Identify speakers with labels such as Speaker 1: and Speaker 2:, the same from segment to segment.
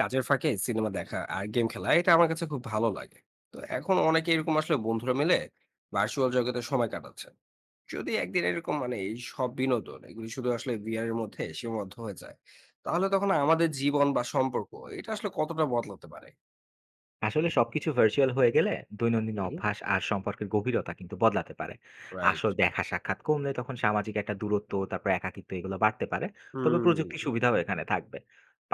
Speaker 1: কাজের ফাঁকে সিনেমা দেখা আর গেম খেলা এটা আমার কাছে খুব ভালো লাগে। তো এখন অনেকে এরকম বন্ধুরা মিলে ভার্চুয়াল জগতে সময় কাটাচ্ছে। যদি একদিন এরকম এই সব বিনোদন এগুলি শুধু ভিআর এর মধ্যে সীমাবদ্ধ হয়ে যায়, তাহলে তখন আমাদের জীবন বা সম্পর্ক এটা কতটা বদলাতে পারে?
Speaker 2: আসলে সবকিছু ভার্চুয়াল হয়ে গেলে দৈনন্দিন
Speaker 1: হুম।
Speaker 2: অভ্যাস আর সম্পর্কের গভীরতা কিন্তু বদলাতে পারে।
Speaker 1: রাইট।
Speaker 2: আসল দেখা সাক্ষাৎ কমলে তখন সামাজিক একটা দূরত্ব তারপর একাকিত্ব এগুলো বাড়তে পারে। তবে প্রযুক্তির
Speaker 1: হুম,
Speaker 2: সুবিধাও এখানে থাকবে।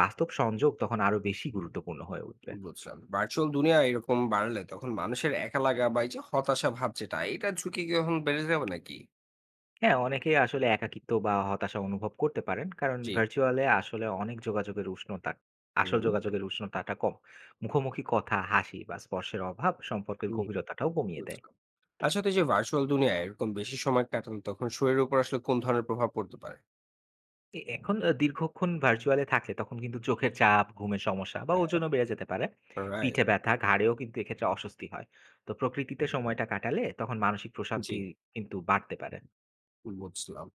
Speaker 2: বাস্তব সংযোগ তখন আরো বেশি গুরুত্বপূর্ণ হয়ে উঠবে।
Speaker 1: বুঝলাম। ভার্চুয়াল দুনিয়া এরকম বাড়লে তখন মানুষের একা লাগা বা এই যে হতাশা ভাব যেটা এটা ঝুঁকি কখন বেড়ে যাবে নাকি?
Speaker 2: হ্যাঁ, অনেকেই আসলে একাকিত্ব বা হতাশা অনুভব করতে পারেন, কারণ
Speaker 1: জি।
Speaker 2: ভার্চুয়ালে আসলে অনেক যোগাযোগের উষ্ণতা আসল
Speaker 1: হুম
Speaker 2: যোগাযোগের উষ্ণতাটা কম। মুখোমুখি কথা, হাসি বা স্পর্শের অভাব সম্পর্কের
Speaker 1: হুম
Speaker 2: গভীরতাটাও কমিয়ে দেয়।
Speaker 1: বুঝলাম। আচ্ছা, তো এই যে ভার্চুয়াল দুনিয়ায় এরকম বেশি সময় কাটানো, তখন শরীরের উপর কোন ধরনের প্রভাব পড়তে পারে?
Speaker 2: এ এখন আ দীর্ঘক্ষণ ভার্চুয়ালে থাকলে তখন কিন্তু চোখের চাপ, ঘুমের সমস্যা বা
Speaker 1: হ্যাঁ।
Speaker 2: ওজনও বেড়ে যেতে পারে। পিঠে
Speaker 1: রাইট।
Speaker 2: ব্যথা, ঘাড়েও কিন্তু এক্ষেত্রে অস্বস্তি হয়। তো প্রকৃতিতে সময়টা কাটালে তখন মানসিক
Speaker 1: জি,
Speaker 2: প্রশান্তি কিন্তু বাড়তে পারে।
Speaker 1: বুঝলাম।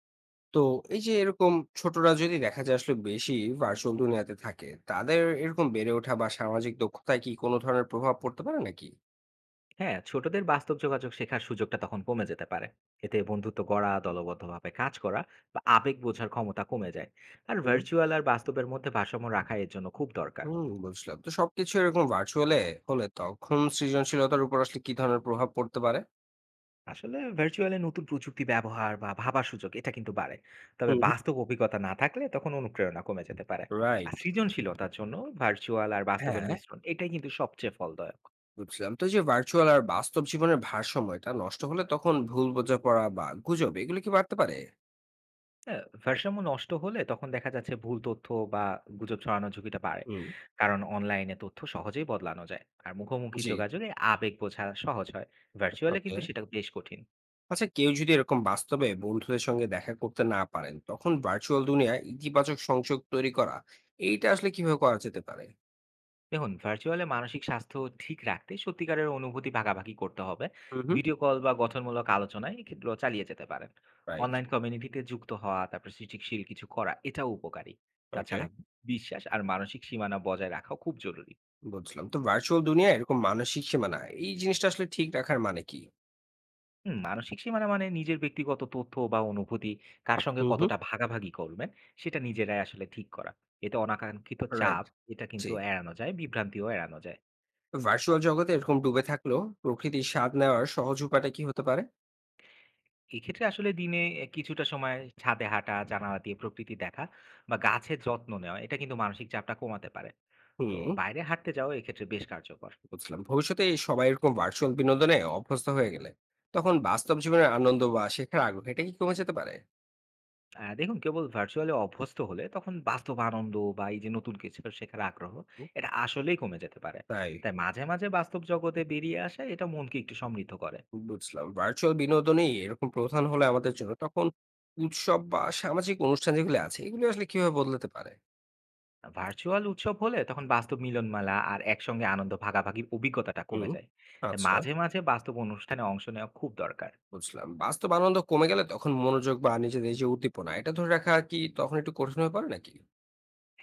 Speaker 1: তো এই যে এরকম ছোটরা যদি দেখা যায় বেশি ভার্চুয়াল দুনিয়াতে থাকে, তাদের এরকম বেড়ে ওঠা বা সামাজিক দক্ষতায় কি কোন ধরনের প্রভাব পড়তে পারে নাকি?
Speaker 2: হ্যাঁ, ছোটদের বাস্তব যোগাযোগ শেখার সুযোগটা তখন কমে যেতে পারে। এতে বন্ধুত্ব গড়া, দলবদ্ধভাবে কাজ করা বা আবেগ বোঝার ক্ষমতা কমে যায়। আর
Speaker 1: হুম।
Speaker 2: ভার্চুয়াল আর বাস্তবের মধ্যে ভারসাম্য রাখা এর জন্য খুব দরকার।
Speaker 1: হুম, বুঝলাম। তো সবকিছু এরকম ভার্চুয়াল এ হলে তখন সৃজনশীলতার উপর কি ধরনের প্রভাব পড়তে পারে?
Speaker 2: আসলে ভার্চুয়ালি নতুন প্রযুক্তি ব্যবহার বা ভাবার সুযোগ এটা কিন্তু বাড়ে। তবে
Speaker 1: হুম, হুম।
Speaker 2: বাস্তব অভিজ্ঞতা না থাকলে তখন অনুপ্রেরণা কমে যেতে পারে। আর
Speaker 1: রাইট,
Speaker 2: সৃজনশীলতার জন্য ভার্চুয়াল আর বাস্তবের
Speaker 1: হ্যাঁ।
Speaker 2: মিশ্রণ এটাই কিন্তু সবচেয়ে ফলদায়ক।
Speaker 1: বুঝলাম। তো এই যে ভার্চুয়াল আর বাস্তব জীবনের ভারসাম্য এটা নষ্ট হলে তখন ভুল বোঝাপড়া বা গুজব এগুলো কি বাড়তে পারে?
Speaker 2: হ্যাঁ, ভারসাম্য নষ্ট হলে তখন দেখা যাচ্ছে ভুল তথ্য বা গুজব ছড়ানোর ঝুঁকিটা বাড়ে,
Speaker 1: হুম।
Speaker 2: কারণ অনলাইনে তথ্য সহজেই বদলানো যায়। আর মুখোমুখি
Speaker 1: জি।
Speaker 2: যোগাযোগে আবেগ বোঝা সহজ হয়, ভার্চুয়ালে
Speaker 1: ওকে।
Speaker 2: কিন্তু সেটা বেশ কঠিন।
Speaker 1: আচ্ছা, কেউ যদি এরকম বাস্তবে বন্ধুদের সঙ্গে দেখা করতে না পারেন, তখন ভার্চুয়াল দুনিয়ায় ইতিবাচক সংযোগ তৈরি করা এইটা কিভাবে করা যেতে পারে?
Speaker 2: দেখুন, ভার্চুয়ালে মানসিক স্বাস্থ্য ঠিক রাখতে সত্যিকারের অনুভূতি ভাগাভাগি করতে হবে।
Speaker 1: হুম হুম
Speaker 2: ভিডিও কল বা গঠনমূলক আলোচনায় এগুলো চালিয়ে যেতে পারেন।
Speaker 1: রাইট।
Speaker 2: অনলাইন কমিউনিটিতে যুক্ত হওয়া, তারপর সৃষ্টিশীল কিছু করা এটাও উপকারী।
Speaker 1: ওকে।
Speaker 2: তাছাড়া বিশ্বাস আর মানসিক সীমানা বজায় রাখাও খুব জরুরি।
Speaker 1: বুঝলাম। তো ভার্চুয়াল দুনিয়ায় এরকম মানসিক সীমানা এই জিনিসটা ঠিক রাখার মানে কি?
Speaker 2: হুম, মানসিক সীমানা মানে নিজের ব্যক্তিগত তথ্য বা অনুভূতি কার সঙ্গে
Speaker 1: হুম হুম
Speaker 2: কতটা ভাগাভাগি করবেন সেটা নিজেরাই আসলে ঠিক করা। এতে অনাকাঙ্ক্ষিত
Speaker 1: রাইট।
Speaker 2: চাপ এটা কিন্তু
Speaker 1: জি।
Speaker 2: এড়ানো যায়, বিভ্রান্তিও এড়ানো যায়।
Speaker 1: ভার্চুয়াল জগতে এরকম ডুবে থাকলেও প্রকৃতির স্বাদ নেওয়ার সহজ উপায়টা কি হতে পারে?
Speaker 2: এক্ষেত্রে আসলে দিনে কিছুটা সময় ছাদে হাঁটা, জানালা দিয়ে প্রকৃতি দেখা বা গাছের যত্ন নেওয়া এটা কিন্তু মানসিক চাপটা কমাতে পারে। তো
Speaker 1: হুম।
Speaker 2: বাইরে হাঁটতে যাওয়া এক্ষেত্রে বেশ কার্যকর।
Speaker 1: বুঝলাম। ভবিষ্যতে এই সবাই এরকম ভার্চুয়াল বিনোদনে অভ্যস্ত হয়ে গেলে তখন বাস্তব জীবনের আনন্দ বা শেখার আগ্রহ এটা কি কমে যেতে পারে?
Speaker 2: দেখুন, কেবল ভার্চুয়ালি অভ্যস্ত হলে তখন বাস্তব আনন্দ বা এই যে নতুন কিছু শেখার আগ্রহ
Speaker 1: হুম।
Speaker 2: এটা আসলেই কমে যেতে পারে।
Speaker 1: তাই,
Speaker 2: তাই মাঝে মাঝে বাস্তব জগতে বেরিয়ে আসা এটা মনকে একটু সমৃদ্ধ করে।
Speaker 1: বুঝলাম। ভার্চুয়াল বিনোদনই এরকম প্রধান হলে আমাদের জন্য তখন উৎসব বা সামাজিক অনুষ্ঠান যেগুলো আছে এগুলো কিভাবে বদলাতে পারে?
Speaker 2: ভার্চুয়াল উৎসব হলে তখন বাস্তব মিলনমেলা আর একসঙ্গে আনন্দ ভাগাভাগির অভিজ্ঞতাটা কমে
Speaker 1: হুম।
Speaker 2: যায়। তাই
Speaker 1: আচ্ছা,
Speaker 2: মাঝে মাঝে বাস্তব অনুষ্ঠানে অংশ নেওয়া খুব দরকার।
Speaker 1: বুঝলাম। বাস্তব আনন্দ কমে গেলে তখন মনোযোগ বা নিজেদের এই যে উদ্দীপনা এটা ধরে রাখা কি তখন একটু কঠিন হয়ে পারে নাকি?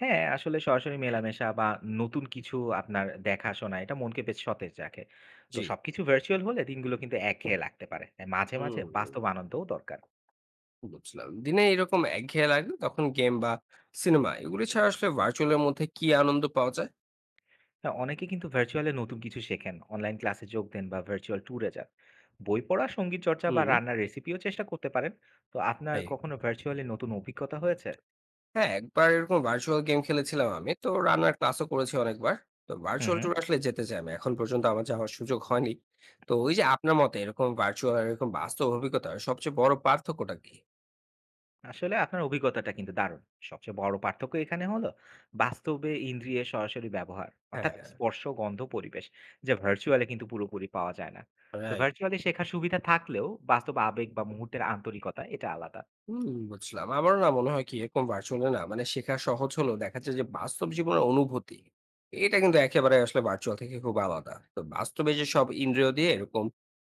Speaker 2: হ্যাঁ, আসলে সরাসরি মেলামেশা বা নতুন কিছু আপনার দেখাশোনা এটা মনকে বেশ সতেজ রাখে। তো
Speaker 1: জি।
Speaker 2: সবকিছু ভার্চুয়াল হলে দিনগুলো কিন্তু একঘেয়ে লাগতে পারে। তাই মাঝে মাঝে
Speaker 1: হুম,
Speaker 2: বাস্তব আনন্দও দরকার।
Speaker 1: বুঝলাম। দিনে এরকম একঘেয়ে লাগলে তখন গেম বা সিনেমা এগুলি ছাড়া ভার্চুয়াল এর মধ্যে কি আনন্দ পাওয়া যায়?
Speaker 2: হ্যাঁ, অনেকে কিন্তু ভার্চুয়াল এ নতুন কিছু শেখেন, অনলাইন ক্লাসে যোগ দেন বা ভার্চুয়াল ট্যুরে যান। বই পড়া, সংগীত চর্চা বা
Speaker 1: হুম।
Speaker 2: রান্নার রেসিপিও চেষ্টা করতে পারেন। তো আপনার
Speaker 1: তাই,
Speaker 2: কখনো ভার্চুয়ালি নতুন অভিজ্ঞতা হয়েছে?
Speaker 1: হ্যাঁ, একবার এরকম ভার্চুয়াল গেম খেলেছিলাম আমি। তো রান্নার ক্লাসও করেছি অনেকবার। তো
Speaker 2: হু,
Speaker 1: ভার্চুয়াল
Speaker 2: হু।
Speaker 1: ট্যুর যেতে চাই আমি। এখন পর্যন্ত আমার যাওয়ার সুযোগ হয়নি। তো ওই যে আপনার মতে এরকম ভার্চুয়াল আর এরকম বাস্তব অভিজ্ঞতার সবচেয়ে বড় পার্থক্যটা কি?
Speaker 2: আসলে আপনার অভিজ্ঞতাটা কিন্তু দারুণ। সবচেয়ে বড় পার্থক্য এখানে হলো বাস্তবে ইন্দ্রিয়ের সরাসরি ব্যবহার।
Speaker 1: হ্যাঁ।
Speaker 2: অর্থাৎ স্পর্শ, গন্ধ, পরিবেশ যা ভার্চুয়ালি কিন্তু পুরোপুরি পাওয়া যায় না। তো
Speaker 1: রাইট।
Speaker 2: ভার্চুয়ালি শেখার সুবিধা থাকলেও বাস্তব আবেগ বা মুহূর্তের আন্তরিকতা এটা আলাদা।
Speaker 1: হুম, বুঝলাম। আমারও মনে হয় কি এরকম ভার্চুয়ালি না মানে শেখা সহজ হলেও দেখা যায় যে বাস্তব জীবনের অনুভূতি এটা কিন্তু একেবারে ভার্চুয়াল থেকে খুব আলাদা। তো বাস্তবে যে সব ইন্দ্রিয় দিয়ে এরকম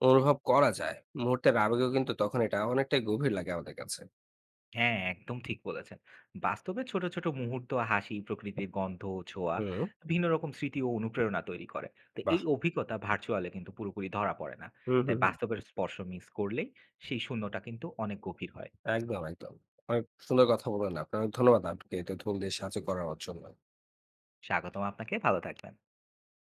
Speaker 1: অনুভব করা যায়, মুহূর্তের আবেগেও কিন্তু তখন এটা অনেকটাই গভীর লাগে আমাদের কাছে।
Speaker 2: হ্যাঁ, একদম ঠিক বলেছেন। বাস্তবে ছোট ছোট মুহূর্ত, হাসি, প্রকৃতির গন্ধ, ছোঁয়া
Speaker 1: হুম,
Speaker 2: ভিন্ন রকম স্মৃতি ও অনুপ্রেরণা তৈরি করে। তো
Speaker 1: বাহ!
Speaker 2: এই অভিজ্ঞতা ভার্চুয়ালে কিন্তু পুরোপুরি ধরা পড়ে না।
Speaker 1: হুম,
Speaker 2: তাই
Speaker 1: হুম, হুম।
Speaker 2: বাস্তবের স্পর্শ মিস করলেই সেই শূন্যতা কিন্তু অনেক গভীর হয়।
Speaker 1: একদম, একদম। অনেক সুন্দর কথা বললেন আপনি। অনেক ধন্যবাদ আপনাকে এটা ঢুল দিয়ে সাহায্য করার জন্য।
Speaker 2: স্বাগতম আপনাকে। ভালো থাকবেন।